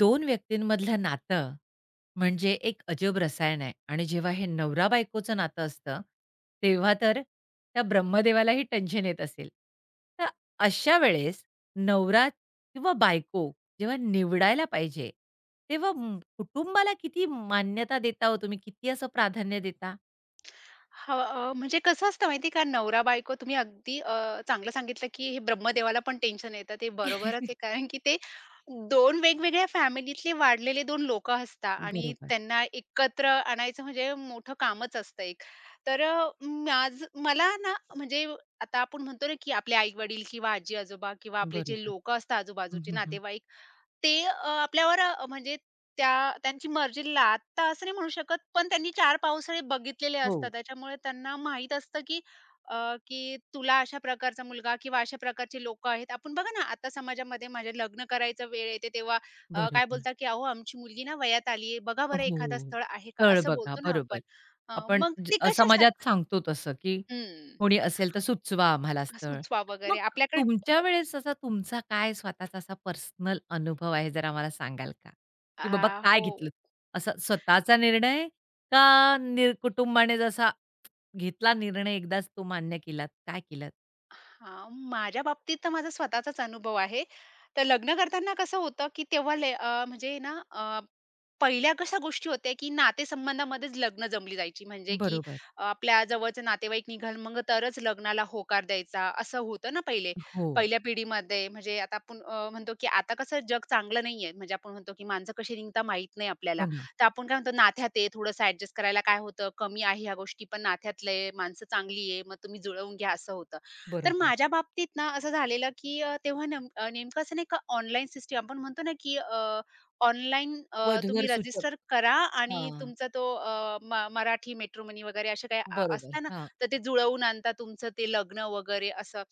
2 व्यक्तींमधलं नातं म्हणजे एक अजब रसायन आहे आणि जेव्हा हे नवरा-बायकोचं नातं असतं, तेव्हा तर त्या ब्रह्मदेवालाही टेन्शन येत असेल. तर अशा वेळेस नवरा किंवा बायको जेव्हा निवडायला पाहिजे, तेव्हा कुटुंबाला किती मान्यता देता हो तुम्ही? किती असं प्राधान्य देता? हां, म्हणजे कसं असतं माहिती आहे का, नवरा-बायको तुम्ही अगदी चांगलं सांगितलं, की हे ब्रह्मदेवाला पण टेन्शन येतं. ते बरोबरच आहे. कारण की ते 2 वेगवेगळ्या फॅमिलीतले वाढलेले 2 लोकं असतात आणि बरोबर, त्यांना एकत्र आणायचं म्हणजे मोठं कामच असतं एक. तर माझं मला ना म्हणजे आता आपण म्हणतो ना, की आपले आई-वडील किंवा आजी-आजोबा किंवा आपले जे बरोबर. लोकं असतात हं, आजूबाजूचे हं, हं. नातेवाईक, ते आपल्यावर म्हणजे त्या त्यांची मर्जी लादता असं नाही म्हणू शकत, पण त्यांनी 4 पावसाळे बघितलेले हो, असतात. त्याच्यामुळे त्यांना माहीत असतं, की अ, की तुला अशा प्रकारचा मुलगा किंवा अशा प्रकारची लोकं आहेत. आपण बघा ना, आता समाजामध्ये माझ्या लग्न करायचा वेळ येते तेव्हा काय बरोबर. बोलतात, की "अहो, आमची मुलगी ना वयात आली आहे. बघा बरं एखादं हो. स्थळ आहे का?" स्थळ असं बघा, बोलतो ना बरोबर. आपण. मग ते कशासाठी समाजात सांगतो तसं, की हं. कोणी असेल तर सुचवा आम्हाला स्थळ. सुचवा वगैरे मग आपल्याकडे तुमच्या अ, वेळेस असा तुमचा काय स्वतःचा असा पर्सनल अनुभव आहे जरा मला सांगाल का? की बाबा हां. काय हो. घेतलं? असा स्वतःचा निर्णय का कुटुंबाने जसा घेतला निर्णय एकदाच तो मान्य केलात? काय केलात? हां, माझ्या बाबतीत तर माझा स्वतःचाच अनुभव आहे. तर लग्न करताना कसं होतं, की तेव्हा म्हणजे पहिल्या कशा गोष्टी होत्या, की नातेसंबंधामध्येच लग्न जमली जायची. म्हणजे की बरोबर. आपल्या जवळचे नातेवाईक निघाल मग तरच लग्नाला होकार द्यायचा, असं होतं ना पहिले. हो. पहिल्या पिढीमध्ये म्हणजे आता आपण म्हणतो, की आता कसं जग चांगलं नाहीये. म्हणजे आपण म्हणतो, की माणसं कशी निघता माहीत नाही आपल्याला. हो ना. तर आपण काय म्हणतो, नात्यात आहे थोडंसं ॲडजस्ट करायला काय होतं, कमी आहे ह्या गोष्टी, पण नात्यातलं आहे, माणसं चांगली आहे, मग तुम्ही जुळवून घ्या, असं होतं. तर बरोबर. माझ्या बाबतीत ना असं झालेलं, की तेव्हा नेमकं असं नाही का ऑनलाईन सिस्टम आपण म्हणतो ना, की ऑनलाईन तुम्ही वधूवर सूचक. रजिस्टर करा आणि हां. तुमचा तो मराठी मॅट्रिमनी वगैरे असे काही बरोबर. असतं ना, हां. तर ते जुळवून आणता तुमचं ते लग्न वगैरे असं.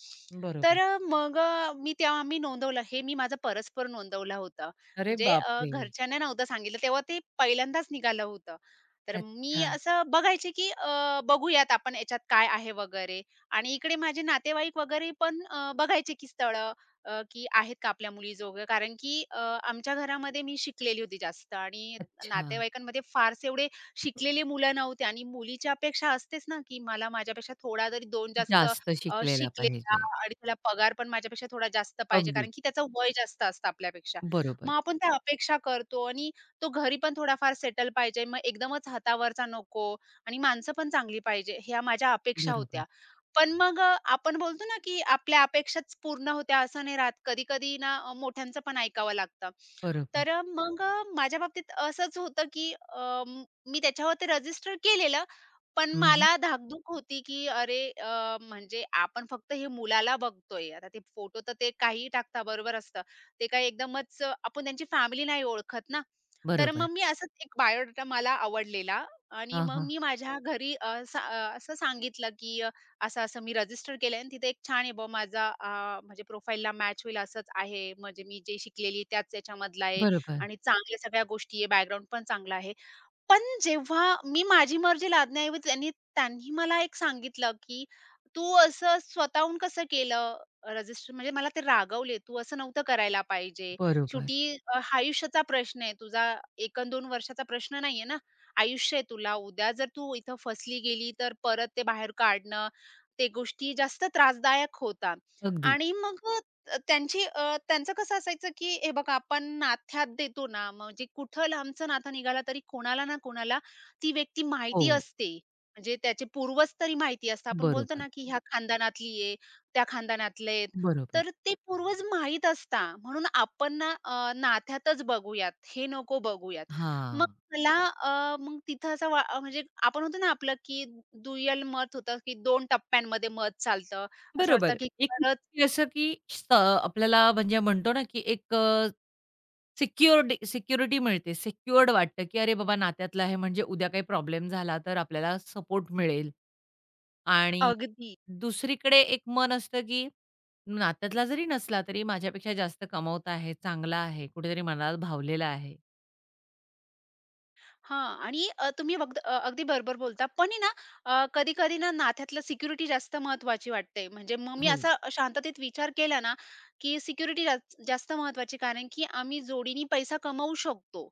तर बरोबर. मग मी नोंदवलं हे मी माझं परस्पर नोंदवलं होतं. अरे म्हणजे बापरे! घरच्यांना नव्हतं सांगितलं तेव्हा ते पहिल्यांदाच निघालं होतं. तर मी अच्छा. असं बघायचे, की बघूयात आपण याच्यात काय आहे वगैरे. आणि इकडे माझे नातेवाईक वगैरे पण बघायचे की स्थळं की आहेत का आपल्या मुलीजोगं. कारण की आमच्या घरामध्ये मी शिकलेली होती जास्त आणि अच्छा. नातेवाईकांमध्ये फारसे एवढे शिकलेले मुलं नव्हते आणि मुलीची अपेक्षा असतेच ना, की मला माझ्यापेक्षा थोडा तरी 2 जास्त जास्त शिकलेला शिकलेला पाहिजे. आणि त्याला पगार पण माझ्यापेक्षा थोडा जास्त पाहिजे. कारण अगदीच. की त्याचं वय जास्त असतं आपल्यापेक्षा. बरोबर, मग आपण त्या अपेक्षा करतो आणि तो घरी पण थोडाफार सेटल पाहिजे. मग एकदमच हातावरचा नको आणि माणसं पण चांगली पाहिजे, ह्या माझ्या अपेक्षा बरोबर, होत्या. पण मग आपण बोलतो ना, की आपल्या अपेक्षाच पूर्ण होत्या असं नाही राहत. कधी-कधी ना मोठ्यांचं पण ऐकावं लागतं. बरोबर. तर मग माझ्या बाबतीत असंच होतं, की म- मी त्याच्यावरती रजिस्टर केलेलं, पण हं, मला धाकधूक होती, की अरे म्हणजे आपण फक्त हे मुलाला बघतोय. आता ते फोटो तर ते काहीही टाकता बरोबर असतं. ते काही एकदमच आपण त्यांची फॅमिली नाही ओळखत ना. तर बरोबर. मग मी असंच एक बायोडाटा मला आवडलेला आणि हां, मग हां. मी माझ्या घरी असं सांगितलं, की असं-असं मी रजिस्टर केलंय आणि तिथे एक छान आहे बुवा माझा म्हणजे प्रोफाईलला मॅच होईल असंच आहे. म्हणजे मी जे शिकलेली त्याच याच्यामधला आहे बरोबर, आणि चांगल्या सगळ्या गोष्टी आहे, बॅकग्राऊंड पण चांगला आहे. पण जेव्हा मी माझी मर्जी लादण्याऐवजी त्यांनी त्यांनी मला एक सांगितलं, की "तू असं स्वतःहून कसं केलं रजिस्टर?" म्हणजे मला ते रागवले, "तू असं नव्हतं करायला पाहिजे. बरोबर. शेवटी हा आयुष्याचा प्रश्न आहे तुझा. 1-2 वर्षाचा प्रश्न नाहीये ना. आयुष्य आहे तुला. उद्या जर तू इथं फसली गेली तर परत ते बाहेर काढणं, ते गोष्टी जास्त त्रासदायक होतात." अगदी. आणि मग त्यांचं कसं असायचं, की हे बघा आपण नाथ्यात देतो ना, म्हणजे कुठं लांबचं नातं निघाला तरी कोणाला ना कोणाला ती व्यक्ती हो, माहिती असते. म्हणजे त्याचे पूर्वज तरी माहिती असतात. आपण बोलतो बरोबर, ना, की ह्या खानदानातली आहे, त्या खानदानातले आहेत. बरोबर. तर ते पूर्वज माहीत असतात. म्हणून आपण ना नात्यातच बघूयात, हे नको बघूयात. मग हां. मला मग तिथं असं म्हणजे आपण होतो ना आपलं, की दुय्यल मत होतं, की 2 टप्प्यांमध्ये मत चालतं. असं वाटतं, बरोबर. की एक खरंच असं की आपल्याला म्हणजे म्हणतो ना की एक सिक्युरिटी सिक्युरिटी मिळते. सिक्युअर्ड वाटतं, की अरे बाबा नात्यातला आहे म्हणजे उद्या काही प्रॉब्लेम झाला तर आपल्याला सपोर्ट मिळेल. आणि अगदी दुसरीकडे एक मन असतं, की नात्यातला जरी नसला तरी माझ्यापेक्षा जास्त कमवता आहे, चांगला आहे, कुठेतरी मनाला भावलेला आहे. हां. आणि तुम्ही अगदी बरोबर बोलता. पण आहे ना, कधी-कधी ना नात्यातलं सिक्युरिटी जास्त महत्त्वाची वाटते. म्हणजे मग मी हो. असा शांततेत विचार केला ना, की सिक्युरिटी जास्त जास्त महत्त्वाची कारण की आम्ही जोडीने पैसा कमवू शकतो.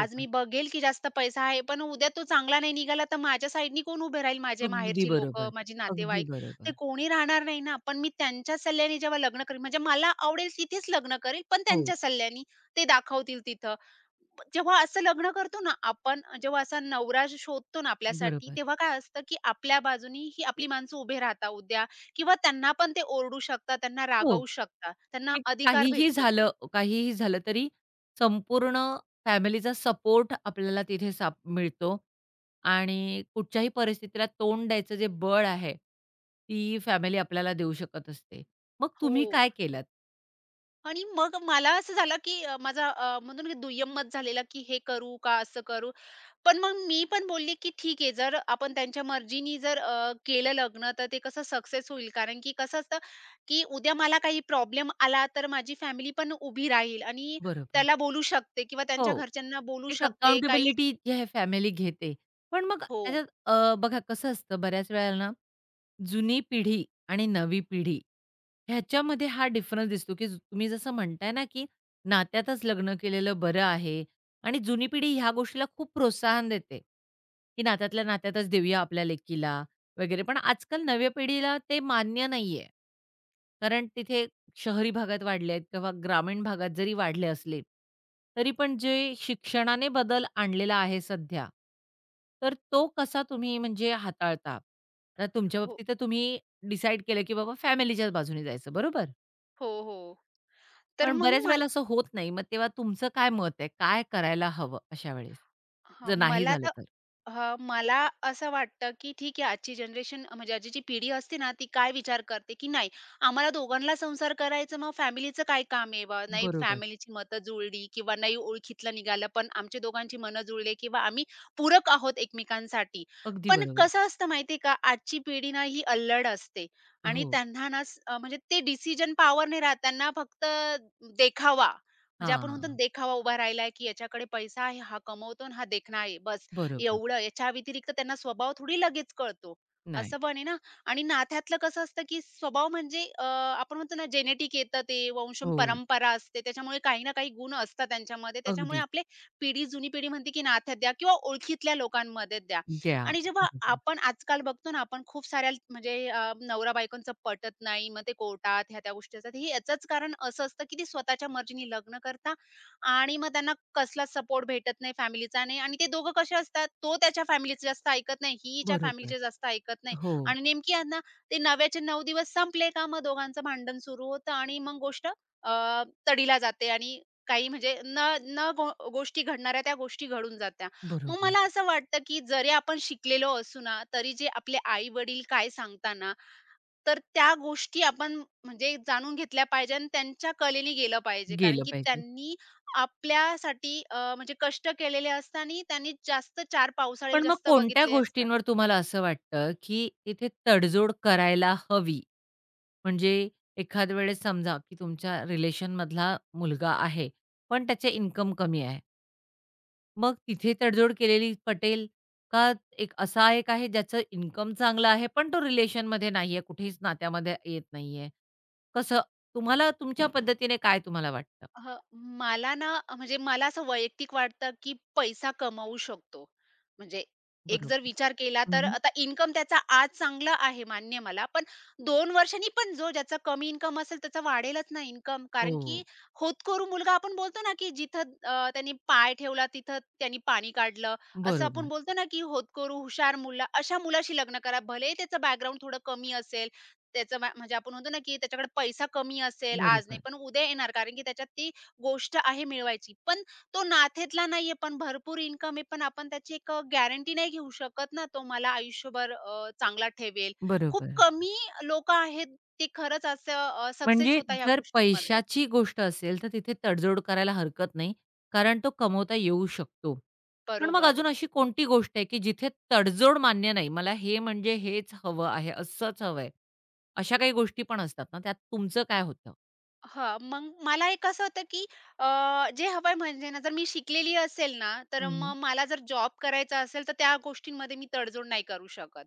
आज मी बघेल की जास्त पैसा आहे, पण उद्या तो चांगला नाही निघाला, तर माझ्या साइडनी कोण उभे राहील? माझे अगदी माहेरची लोकं, बरोबर. माझे अगदी नातेवाईक, ते बरोबर. कोणी राहणार नाही ना. पण मी त्यांच्या सल्ल्याने जेव्हा लग्न करेल म्हणजे मला आवडेल तिथेच लग्न करेल, पण हो, त्यांच्या सल्ल्याने ते दाखवतील तिथं. जेव्हा असं लग्न करतो ना आपण, जेव्हा असा नवरा जो शोधतो ना आपल्यासाठी, बरोबर. तेव्हा काय असतं, की आपल्या बाजूनी ही आपली माणसं उभे राहतात उद्या किंवा त्यांना पण ते ओरडू शकतात, त्यांना हो. रागावू शकतात. त्यांना ते अधिकार भेटतो तो. काहीही झालं तरी संपूर्ण फॅमिलीचा सपोर्ट आपल्याला तिथे साप मिळतो आणि कुठच्याही परिस्थितीला तोंड द्यायचं जे बळ आहे, ती फॅमिली आपल्याला देऊ शकत असते. मग हो. तुम्ही काय केलात, आणि मग मला असं झालं, की माझा म्हणतो दुय्यम मत झालेला, की हे करू का, असं करू? पण मग मी पण बोलली, की ठीक आहे जर आपण त्यांच्या मर्जीनी जर केलं लग्न तर ते कसं सक्सेस होईल. कारण की कसं असतं, की उद्या मला काही प्रॉब्लेम आला तर माझी फॅमिली पण उभी राहील आणि बरोबर. त्याला बोलू शकते किंवा हो. त्यांच्या घरच्यांना बोलू एक शकते काही. अकाउंटेबिलिटी जी आहे फॅमिली घेते. पण मग हो, त्याच्यात बघा कसं असतं बऱ्याच वेळेला ना जुनी पिढी आणि नवी पिढी ह्याच्यामध्ये हा डिफरन्स दिसतो, की तुम्ही जसं म्हणताय ना, की नात्यातच लग्न केलेलं बरं आहे आणि जुनी पिढी ह्या गोष्टीला खूप प्रोत्साहन देते, की नात्यातल्या नात्यातच देऊया आपल्या लेकीला वगैरे. पण आजकाल नव्या पिढीला ते मान्य नाहीये. कारण तिथे शहरी भागात वाढले आहेत किंवा ग्रामीण भागात जरी वाढले असले, तरी पण जे शिक्षणाने बदल आणलेला आहे सध्या, तर तो कसा तुम्ही म्हणजे हाताळता? आता तुमच्या हो, बाबतीत तर तुम्ही डिसाईड केलं, की बाबा फॅमिलीच्याच बाजूने जायचं, बरोबर? हो, हो. तर पण मग बऱ्याच वेळेला असं होत नाही. मग तेव्हा तुमचं काय मत आहे? काय करायला हवं अशा वेळेस? हां, जर नाही मला झालं तर तर? हां, मला असं वाटतं, की ठीक आहे आजची जनरेशन म्हणजे आजची जी पिढी असते ना, ती काय विचार करते, की नाही आम्हाला दोघांना संसार करायचा मग फॅमिलीचं काय काम आहे बा? नाही बरोबर. फॅमिलीची मतं जुळली किंवा नाही ओळखीतलं निघालं, पण आमचे दोघांची मनं जुळले किंवा आम्ही पूरक आहोत एकमेकांसाठी. अगदी पण बरोबर. कसं असतं माहिती आहे का? आजची पिढी ना ही अल्लड असते आणि हो. त्यांना ना, म्हणजे ते डिसिजन पॉवर नाही राहत. त्यांना फक्त देखावा म्हणजे आपण म्हणतो ना हां. देखावा उभा राहिलाय, की याच्याकडे पैसा आहे, हा कमवतो आणि हा देखणा आहे. बस बरोबर. एवढं. याच्या व्यतिरिक्त त्यांना स्वभाव थोडी लगेच कळतो. नाही. असं पण आहे ना आणि नात्यातलं कसं असतं, की स्वभाव म्हणजे आपण म्हणतो ना जेनेटिक येतं ते, वंश हो. परंपरा असते. त्याच्यामुळे काही ना काही गुण असतात त्यांच्यामध्ये. त्याच्यामुळे अगदीच. आपले पिढी जुनी पिढी म्हणते, की नात्यात द्या किंवा ओळखीतल्या लोकांमध्ये द्या. द्या. आणि जेव्हा बरोबर. आपण आजकाल बघतो ना, आपण खूप साऱ्या म्हणजे नवरा-बायकोंचं पटत नाही, मग ते कोर्टात ह्या-त्या गोष्टी असतात. हे याचंच कारण असं असतं, की ते स्वतःच्या मर्जीने लग्न करतात आणि मग त्यांना कसला सपोर्ट भेटत नाही फॅमिलीचा नाही आणि ते दोघं कसे असतात, तो त्याच्या फॅमिलीचं जास्त ऐकत नाही, ही हिच्या बरोबर. फॅमिलीचे जास्त ऐकत नाही हो. आणि नेमकी यांना ते नव्याचे 9 दिवस संपले का मग दोघांचं भांडण सुरू होतं आणि मग गोष्ट तडीला जाते आणि काही म्हणजे न न गो गोष्टी घडणाऱ्या त्या गोष्टी घडून जात्या. मग बरोबर, मला असं वाटतं, की जरी आपण शिकलेलो असू ना, तरी जे आपले आई-वडील काय सांगतात तर त्या गोष्टी आपण म्हणजे जाणून घेतल्या पाहिजे आणि त्यांच्या कलेने गेलं पाहिजे. कारण गेलं की पाहिजे. त्यांनी आपल्यासाठी म्हणजे कष्ट केलेले असतात आणि त्यांनी जास्त 4 पावसाळे पण मग जास्त कोणत्या बघितले असतात. गोष्टींवर तुम्हाला असं वाटतं, की इथे तडजोड करायला हवी? म्हणजे एखाद वेळेस समजा, की तुमच्या रिलेशनमधला मुलगा आहे, पण त्याचे इन्कम कमी आहे. मग तिथे तडजोड केलेली पटेल? का एक असा एक आहे ज्याचं इन्कम चांगलं आहे, पण तो रिलेशनमध्ये नाहीये, कुठेच नात्यामध्ये येत नाहीये. कसं तुम्हाला तुमच्या पद्धतीने काय तुम्हाला वाटतं? हं, मला ना म्हणजे मला असं वैयक्तिक वाटतं, की पैसा कमवू शकतो. म्हणजे एक जर बरोबर. विचार केला तर हं, आता इन्कम त्याचा आज चांगला आहे मान्य मला. पण 2 वर्षांनी पण जो ज्याचा कमी इन्कम असेल त्याचा वाढेलच ना इन्कम. कारण की हो, होतकरू मुलगा आपण बोलतो ना, की जिथं त्याने पाय ठेवला तिथं त्याने पाणी काढलं. असं आपण बरोबर, बोलतो ना, की होतकरू हुशार मुलं अशा मुलाशी लग्न करा. भलेही त्याचं बॅकग्राऊंड थोडं कमी असेल त्याचं म्हणजे आपण म्हणतो ना, की त्याच्याकडे पैसा कमी असेल आज नाही, बरोबर, पण उद्या येणार कारण की त्याच्यात ती गोष्ट आहे मिळवायची. पण तो नात्यातला नाहीये, पण भरपूर इन्कम आहे, पण आपण त्याची एक गॅरंटी नाही घेऊ शकत ना, तो मला आयुष्यभर चांगला ठेवेल. खूप बरोबर. कमी लोकं आहेत, ते खरंच असं सक्सेस म्हणजे होतात ह्या जर गोष्टींमध्ये. पैशाची गोष्ट असेल, तर तिथे तडजोड करायला हरकत नाही, कारण तो कमवता येऊ शकतो. पण मग बरोबर. अजून अशी कोणती गोष्ट आहे, की जिथे तडजोड मान्य नाही? मला हे म्हणजे हेच हवं आहे, असंच हवं आहे. अशा काही गोष्टी पण असतात ना, त्यात तुमचं काय होतं? हां, मग मला एक असं होतं, की अ, जे हवंय म्हणजे ना, जर मी शिकलेली असेल ना, तर हं, मग मला जर जॉब करायचा असेल, तर त्या गोष्टींमध्ये मी तडजोड नाही करू शकत,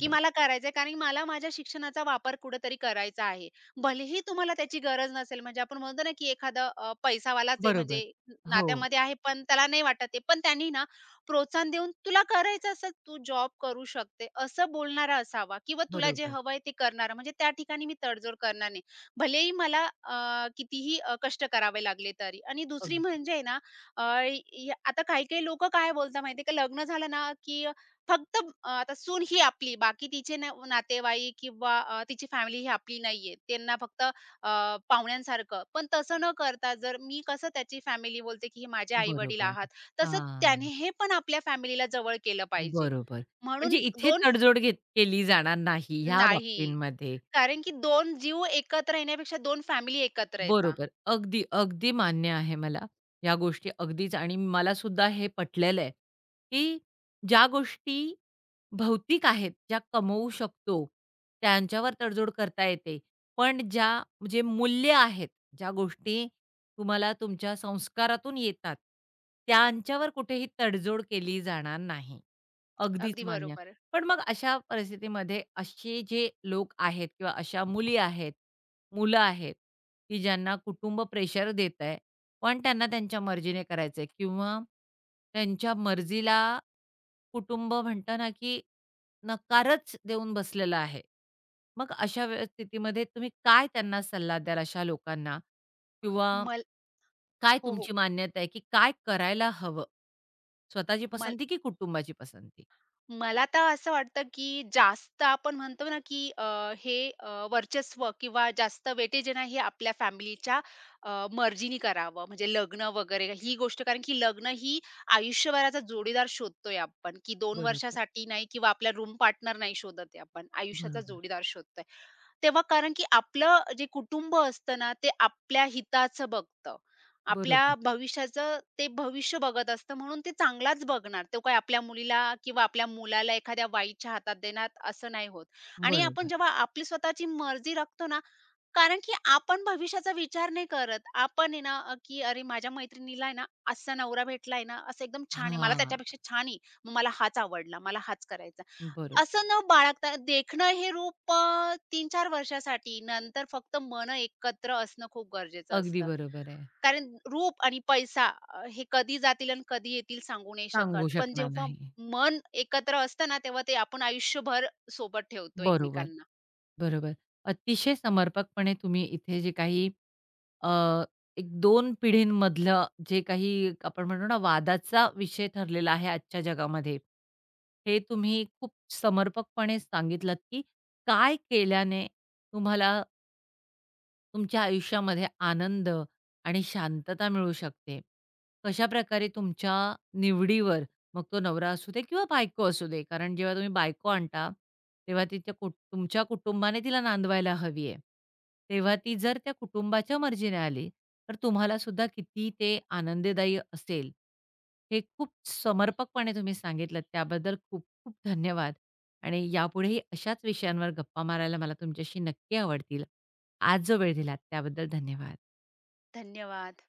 की मला करायचंय कारण मला माझ्या शिक्षणाचा वापर कुठेतरी करायचा आहे. भलेही तुम्हाला त्याची गरज नसेल, म्हणजे आपण म्हणतो ना, की एखादा पैसावालाच आहे म्हणजे बरोबर. हो, नात्यामध्ये आहे, पण त्याला नाही वाटत आहे. पण त्यांनी ना प्रोत्साहन देऊन, "तुला करायचं असेल, तू जॉब करू शकते," असं बोलणारा असावा किंवा तुला जे बरोबर. हवंय ते करणारा. म्हणजे त्या ठिकाणी मी तडजोड करणार नाही. भलेही मला कितीही कष्ट करावे लागले तरी. आणि दुसरी अगदी म्हणजे आहे ना अ, या आता काही-काही लोकं काय बोलतात माहिती का, लग्न झालं ना की फक्त आता सून ही आपली, बाकी तिचे ना नातेवाईक किंवा तिची फॅमिली ही आपली नाहीये. त्यांना फक्त पाहुण्यांसारखं. पण तसं न करता जर मी कसं त्याची फॅमिली बोलते की हे माझे आई-वडील बरोबर. आहात, तसं हां, त्याने हे पण आपल्या फॅमिलीला जवळ केलं पाहिजे. बरोबर. म्हणजे म्हणून इथे 2 तडजोड घेत केली जाणार नाही ह्या नाही. बाबतींमध्ये. कारण की 2 जीव एकत्र येण्यापेक्षा 2 फॅमिली एकत्र येतात. बरोबर. अगदी, अगदी मान्य आहे मला या गोष्टी अगदीच आणि मला सुद्धा हे पटलेलं आहे, की ज्या गोष्टी भौतिक आहेत, ज्या कमवू शकतो, त्यांच्यावर तडजोड करता येते. पण ज्या जे मूल्य आहेत, ज्या गोष्टी तुम्हाला तुमच्या संस्कारातून येतात, त्यांच्यावर कुठेही तडजोड केली जाणार नाही. अगदीच अगदी मान्य. बरोबर. पण मग अशा परिस्थितीमध्ये असे जे लोक आहेत किंवा अशा मुली आहेत, मुलं आहेत की ज्यांना कुटुंब प्रेशर देत आहे, पण त्यांना त्यांच्या मर्जीने करायचं आहे किंवा त्यांच्या मर्जीला कुटुंब म्हणतं ना, की नकारच देऊन बसलेलं आहे. मग अशा स्थितीमध्ये तुम्ही काय त्यांना सल्ला द्याल अशा लोकांना? किंवा मल काय हो, हो. तुमची मान्यता आहे, की काय करायला हवं? स्वतःची मल पसंती की कुटुंबाची पसंती? मला तर असं वाटतं, की जास्त आपण म्हणतो ना, की हे वर्चस्व किंवा जास्त वेटेज आहे ना, हे आपल्या फॅमिलीच्या मर्जीनी करावं. म्हणजे लग्न वगैरे ही गोष्ट कारण की लग्न ही आयुष्यभराचा जोडीदार शोधतोय आपण, की 2 बरोबर, वर्षासाठी नाही किंवा आपला रूम पार्टनर नाही शोधत आहे आपण, आयुष्याचा बरोबर. जोडीदार शोधतोय. तेव्हा कारण की आपलं जे कुटुंब असतं ना, ते आपल्या हिताचं बघतं. आपल्या बरोबर, भविष्याचं ते भविष्य बघत असतं म्हणून ते चांगलाच बघणार. तो काय आपल्या मुलीला किंवा आपल्या मुलाला एखाद्या वाईच्या हातात देणार असं नाही होत. आणि आपण बरोबर. जेव्हा आपली स्वतःची मर्जी राखतो ना, कारण की आपण भविष्याचा विचार नाही करत. आपण आहे ना, की "अरे माझ्या मैत्रिणीला आहे ना, असा नवरा भेटला ना, असं एकदम छान आहे. मला हां, त्याच्यापेक्षा छान आहे. मग मला हाच आवडला. मला हाच करायचा." बरोबर. असं न बाळगता देखणं हे रूप 3-4 वर्षासाठी, नंतर फक्त मन एकत्र असणं खूप गरजेचं अगदी असतं. बरोबर आहे. कारण रूप आणि पैसा हे कधी जातील आणि कधी येतील सांगू नाही शकत. सांगू पण शकणार जेव्हा नाही. मन एकत्र असतं ना, तेव्हा ते आपण आयुष्यभर सोबत ठेवतो बरोबर, एकमेकांना. बरोबर. अतिशय समर्पकपणे तुम्ही इथे जे काही अ, एक 2 पिढींमधलं जे काही आपण म्हणतो ना वादाचा विषय ठरलेला आहे आजच्या जगामध्ये, हे तुम्ही खूप समर्पकपणे सांगितलत, की काय केल्याने तुम्हाला तुमच्या आयुष्यामध्ये आनंद आणि शांतता मिळू शकते. कशाप्रकारे तुमच्या निवडीवर, मग तो नवरा असू दे किंवा बायको असू दे, कारण जेव्हा तुम्ही बायको आणता, तेव्हा तिच्या कुट तुमच्या कुटुंबाने तिला नांदवायला हवी आहे. तेव्हा ती जर त्या कुटुंबाच्या मर्जीने आली, तर तुम्हाला सुद्धा किती ते आनंददायी असेल. हे खूप समर्पकपणे तुम्ही सांगितलत. त्याबद्दल खूप-खूप धन्यवाद आणि यापुढेही अशाच विषयांवर गप्पा मारायला मला तुमच्याशी नक्की आवडतील. आज जो वेळ दिलात त्याबद्दल धन्यवाद. धन्यवाद.